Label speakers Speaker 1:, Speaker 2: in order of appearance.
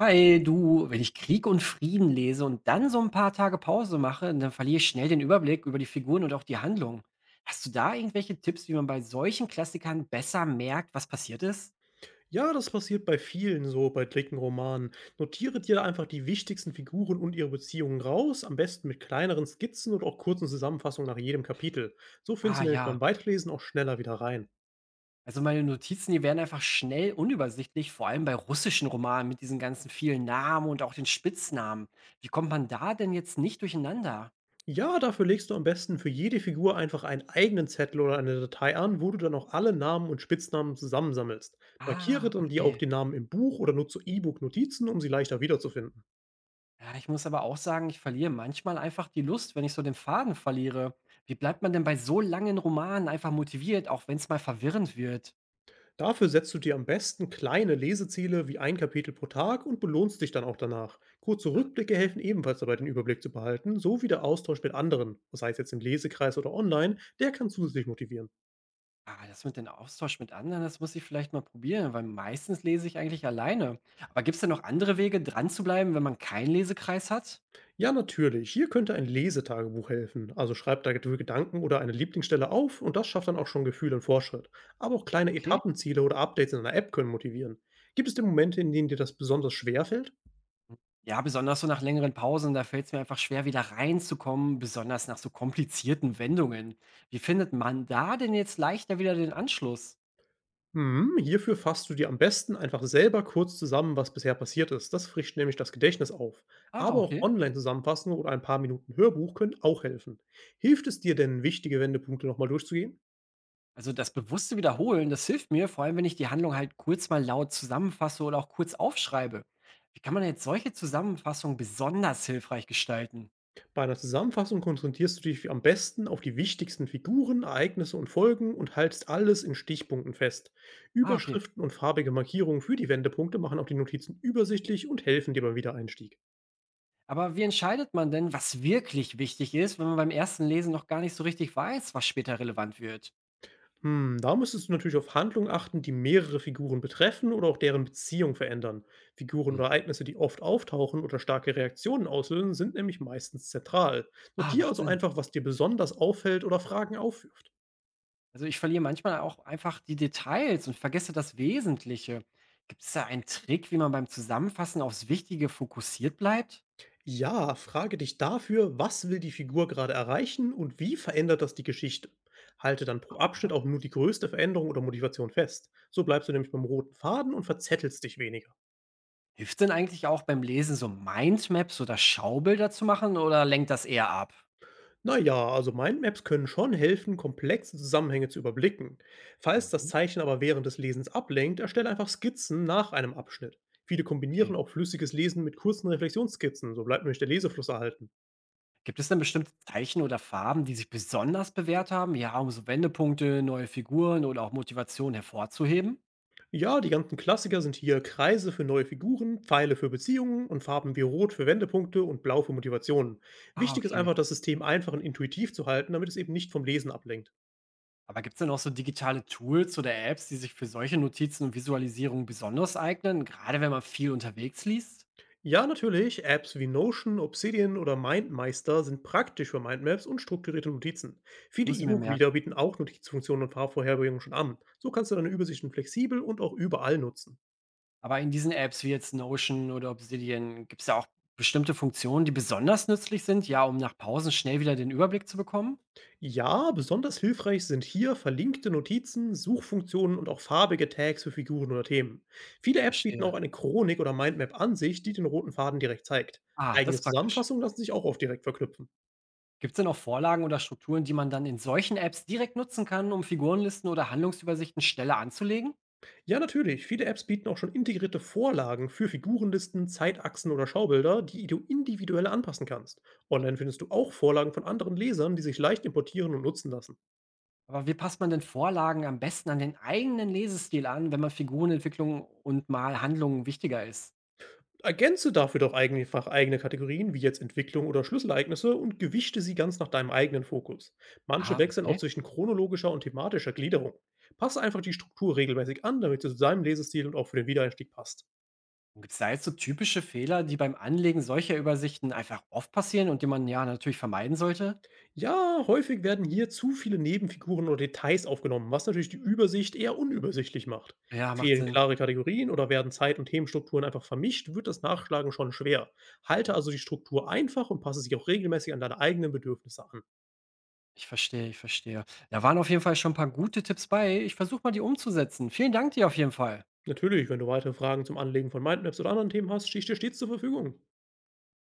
Speaker 1: Hi, du, wenn ich Krieg und Frieden lese und dann so ein paar Tage Pause mache, dann verliere ich schnell den Überblick über die Figuren und auch die Handlung. Hast du da irgendwelche Tipps, wie man bei solchen Klassikern besser merkt, was passiert ist?
Speaker 2: Ja, das passiert bei vielen so, bei dicken Romanen. Notiere dir einfach die wichtigsten Figuren und ihre Beziehungen raus, am besten mit kleineren Skizzen und auch kurzen Zusammenfassungen nach jedem Kapitel. So findest
Speaker 1: Ah
Speaker 2: du nämlich
Speaker 1: ja,
Speaker 2: beim Weiterlesen auch schneller wieder rein.
Speaker 1: also meine Notizen, die werden einfach schnell unübersichtlich, vor allem bei russischen Romanen mit diesen ganzen vielen Namen und auch den Spitznamen. Wie kommt man da denn jetzt nicht durcheinander?
Speaker 2: Ja, dafür legst du am besten für jede Figur einfach einen eigenen Zettel oder eine Datei an, wo du dann auch alle Namen und Spitznamen zusammensammelst. Markiere
Speaker 1: Ah,
Speaker 2: dann dir auch
Speaker 1: okay.
Speaker 2: die Namen im Buch oder nutze E-Book-Notizen, um sie leichter wiederzufinden.
Speaker 1: Ja, ich muss aber auch sagen, ich verliere manchmal einfach die Lust, wenn ich so den Faden verliere. Wie bleibt man denn bei so langen Romanen einfach motiviert, auch wenn es mal verwirrend wird?
Speaker 2: Dafür setzt du dir am besten kleine Leseziele wie ein Kapitel pro Tag und belohnst dich dann auch danach. Kurze
Speaker 1: Ah,
Speaker 2: Rückblicke helfen ebenfalls dabei, den Überblick zu behalten, sowie der Austausch mit anderen, sei es jetzt im Lesekreis oder online, der kann zusätzlich motivieren.
Speaker 1: ah, das mit dem Austausch mit anderen, das muss ich vielleicht mal probieren, weil meistens lese ich eigentlich alleine. Aber gibt es denn noch andere Wege, dran zu bleiben, wenn man keinen Lesekreis hat?
Speaker 2: Ja, natürlich, hier könnte ein Lesetagebuch helfen. Also schreib da Gedanken oder eine Lieblingsstelle auf und das schafft dann auch schon Gefühl und Fortschritt. Aber auch kleine
Speaker 1: Okay.
Speaker 2: Etappenziele oder Updates in einer App können motivieren. Gibt es denn Momente, in denen dir das besonders schwer fällt?
Speaker 1: Ja, besonders so nach längeren Pausen, da fällt es mir einfach schwer, wieder reinzukommen, besonders nach so komplizierten Wendungen. Wie findet man da denn jetzt leichter wieder den Anschluss?
Speaker 2: Mhm, hierfür fasst du dir am besten einfach selber kurz zusammen, was bisher passiert ist. Das frischt nämlich das Gedächtnis auf.
Speaker 1: Ah,
Speaker 2: Aber auch
Speaker 1: okay.
Speaker 2: Online-Zusammenfassungen oder ein paar Minuten Hörbuch können auch helfen. Hilft es dir denn, wichtige Wendepunkte nochmal durchzugehen?
Speaker 1: Also das bewusste Wiederholen, das hilft mir, vor allem wenn ich die Handlung halt kurz mal laut zusammenfasse oder auch kurz aufschreibe. Wie kann man jetzt solche Zusammenfassungen besonders hilfreich gestalten?
Speaker 2: Bei einer Zusammenfassung konzentrierst du dich am besten auf die wichtigsten Figuren, Ereignisse und Folgen und haltst alles in Stichpunkten fest.
Speaker 1: Ah, okay.
Speaker 2: Überschriften und farbige Markierungen für die Wendepunkte machen auch die Notizen übersichtlich und helfen dir beim Wiedereinstieg.
Speaker 1: Aber wie entscheidet man denn, was wirklich wichtig ist, wenn man beim ersten Lesen noch gar nicht so richtig weiß, was später relevant wird?
Speaker 2: Hm, da müsstest du natürlich auf Handlungen achten, die mehrere Figuren betreffen oder auch deren Beziehung verändern. Figuren
Speaker 1: Hm.
Speaker 2: oder Ereignisse, die oft auftauchen oder starke Reaktionen auslösen, sind nämlich meistens zentral.
Speaker 1: Ah,
Speaker 2: Notiere
Speaker 1: macht
Speaker 2: also
Speaker 1: Sinn.
Speaker 2: einfach, was dir besonders auffällt oder Fragen aufwirft.
Speaker 1: Also ich verliere manchmal auch einfach die Details und vergesse das Wesentliche. Gibt es da einen Trick, wie man beim Zusammenfassen aufs Wichtige fokussiert bleibt?
Speaker 2: Ja, frage dich dafür, was will die Figur gerade erreichen und wie verändert das die Geschichte? Halte dann pro Abschnitt auch nur die größte Veränderung oder Motivation fest. So bleibst du nämlich beim roten Faden und verzettelst dich weniger.
Speaker 1: Hilft denn eigentlich auch beim Lesen so Mindmaps oder Schaubilder zu machen oder lenkt das eher ab?
Speaker 2: Na ja, also Mindmaps können schon helfen, komplexe Zusammenhänge zu überblicken. Falls das
Speaker 1: Mhm.
Speaker 2: Zeichen aber während des Lesens ablenkt, erstelle einfach Skizzen nach einem Abschnitt. Viele
Speaker 1: Okay.
Speaker 2: kombinieren auch flüssiges Lesen mit kurzen Reflexionsskizzen, so bleibt nämlich der Lesefluss erhalten.
Speaker 1: Gibt es denn bestimmte Zeichen oder Farben, die sich besonders bewährt haben? Ja, um so Wendepunkte, neue Figuren oder auch Motivation hervorzuheben?
Speaker 2: Ja, die ganzen Klassiker sind hier Kreise für neue Figuren, Pfeile für Beziehungen und Farben wie Rot für Wendepunkte und Blau für Motivationen.
Speaker 1: Ah,
Speaker 2: Wichtig ist
Speaker 1: okay.
Speaker 2: einfach, das System einfach und intuitiv zu halten, damit es eben nicht vom Lesen ablenkt.
Speaker 1: Aber gibt es denn auch so digitale Tools oder Apps, die sich für solche Notizen und Visualisierungen besonders eignen, gerade wenn man viel unterwegs liest?
Speaker 2: Ja, natürlich. Apps wie Notion, Obsidian oder MindMeister sind praktisch für Mindmaps und strukturierte Notizen. Viele
Speaker 1: Muss ich mir
Speaker 2: E-Book-Reader
Speaker 1: merken.
Speaker 2: bieten auch Notizfunktionen und Farbvorherbringungen schon an. So kannst du deine Übersichten flexibel und auch überall nutzen.
Speaker 1: Aber in diesen Apps wie jetzt Notion oder Obsidian, gibt es ja auch bestimmte Funktionen, die besonders nützlich sind, ja, um nach Pausen schnell wieder den Überblick zu bekommen?
Speaker 2: Ja, besonders hilfreich sind hier verlinkte Notizen, Suchfunktionen und auch farbige Tags für Figuren oder Themen. Viele Apps bieten auch
Speaker 1: Verstehe.
Speaker 2: eine Chronik oder Mindmap an sich, die den roten Faden direkt zeigt.
Speaker 1: Ah, das
Speaker 2: Eigene
Speaker 1: ist praktisch.
Speaker 2: Zusammenfassungen lassen sich auch oft direkt verknüpfen.
Speaker 1: Gibt es denn auch Vorlagen oder Strukturen, die man dann in solchen Apps direkt nutzen kann, um Figurenlisten oder Handlungsübersichten schneller anzulegen?
Speaker 2: Ja, natürlich. Viele Apps bieten auch schon integrierte Vorlagen für Figurenlisten, Zeitachsen oder Schaubilder, die du individuell anpassen kannst. Online findest du auch Vorlagen von anderen Lesern, die sich leicht importieren und nutzen lassen.
Speaker 1: Aber wie passt man denn Vorlagen am besten an den eigenen Lesestil an, wenn man Figurenentwicklung und mal Handlungen wichtiger ist?
Speaker 2: Ergänze dafür doch einfach eigene Kategorien, wie jetzt Entwicklung oder Schlüsselereignisse, und gewichte sie ganz nach deinem eigenen Fokus. Manche
Speaker 1: Ah,
Speaker 2: wechseln auch
Speaker 1: okay.
Speaker 2: zwischen chronologischer und thematischer Gliederung. Passe einfach die Struktur regelmäßig an, damit sie zu deinem Lesestil und auch für den Wiedereinstieg passt.
Speaker 1: Gibt es da jetzt so typische Fehler, die beim Anlegen solcher Übersichten einfach oft passieren und die man ja natürlich vermeiden sollte?
Speaker 2: Ja, häufig werden hier zu viele Nebenfiguren oder Details aufgenommen, was natürlich die Übersicht eher unübersichtlich macht.
Speaker 1: Ja, macht
Speaker 2: Fehlen
Speaker 1: Sinn.
Speaker 2: klare Kategorien oder werden Zeit- und Themenstrukturen einfach vermischt, wird das Nachschlagen schon schwer.
Speaker 1: Mhm.
Speaker 2: Halte also die Struktur einfach und passe sie auch regelmäßig an deine eigenen Bedürfnisse an.
Speaker 1: Ich verstehe. Da waren auf jeden Fall schon ein paar gute Tipps bei. Ich versuche mal, die umzusetzen. Vielen Dank dir auf jeden Fall.
Speaker 2: Natürlich, wenn du weitere Fragen zum Anlegen von Mindmaps oder anderen Themen hast, stehe ich dir stets zur Verfügung.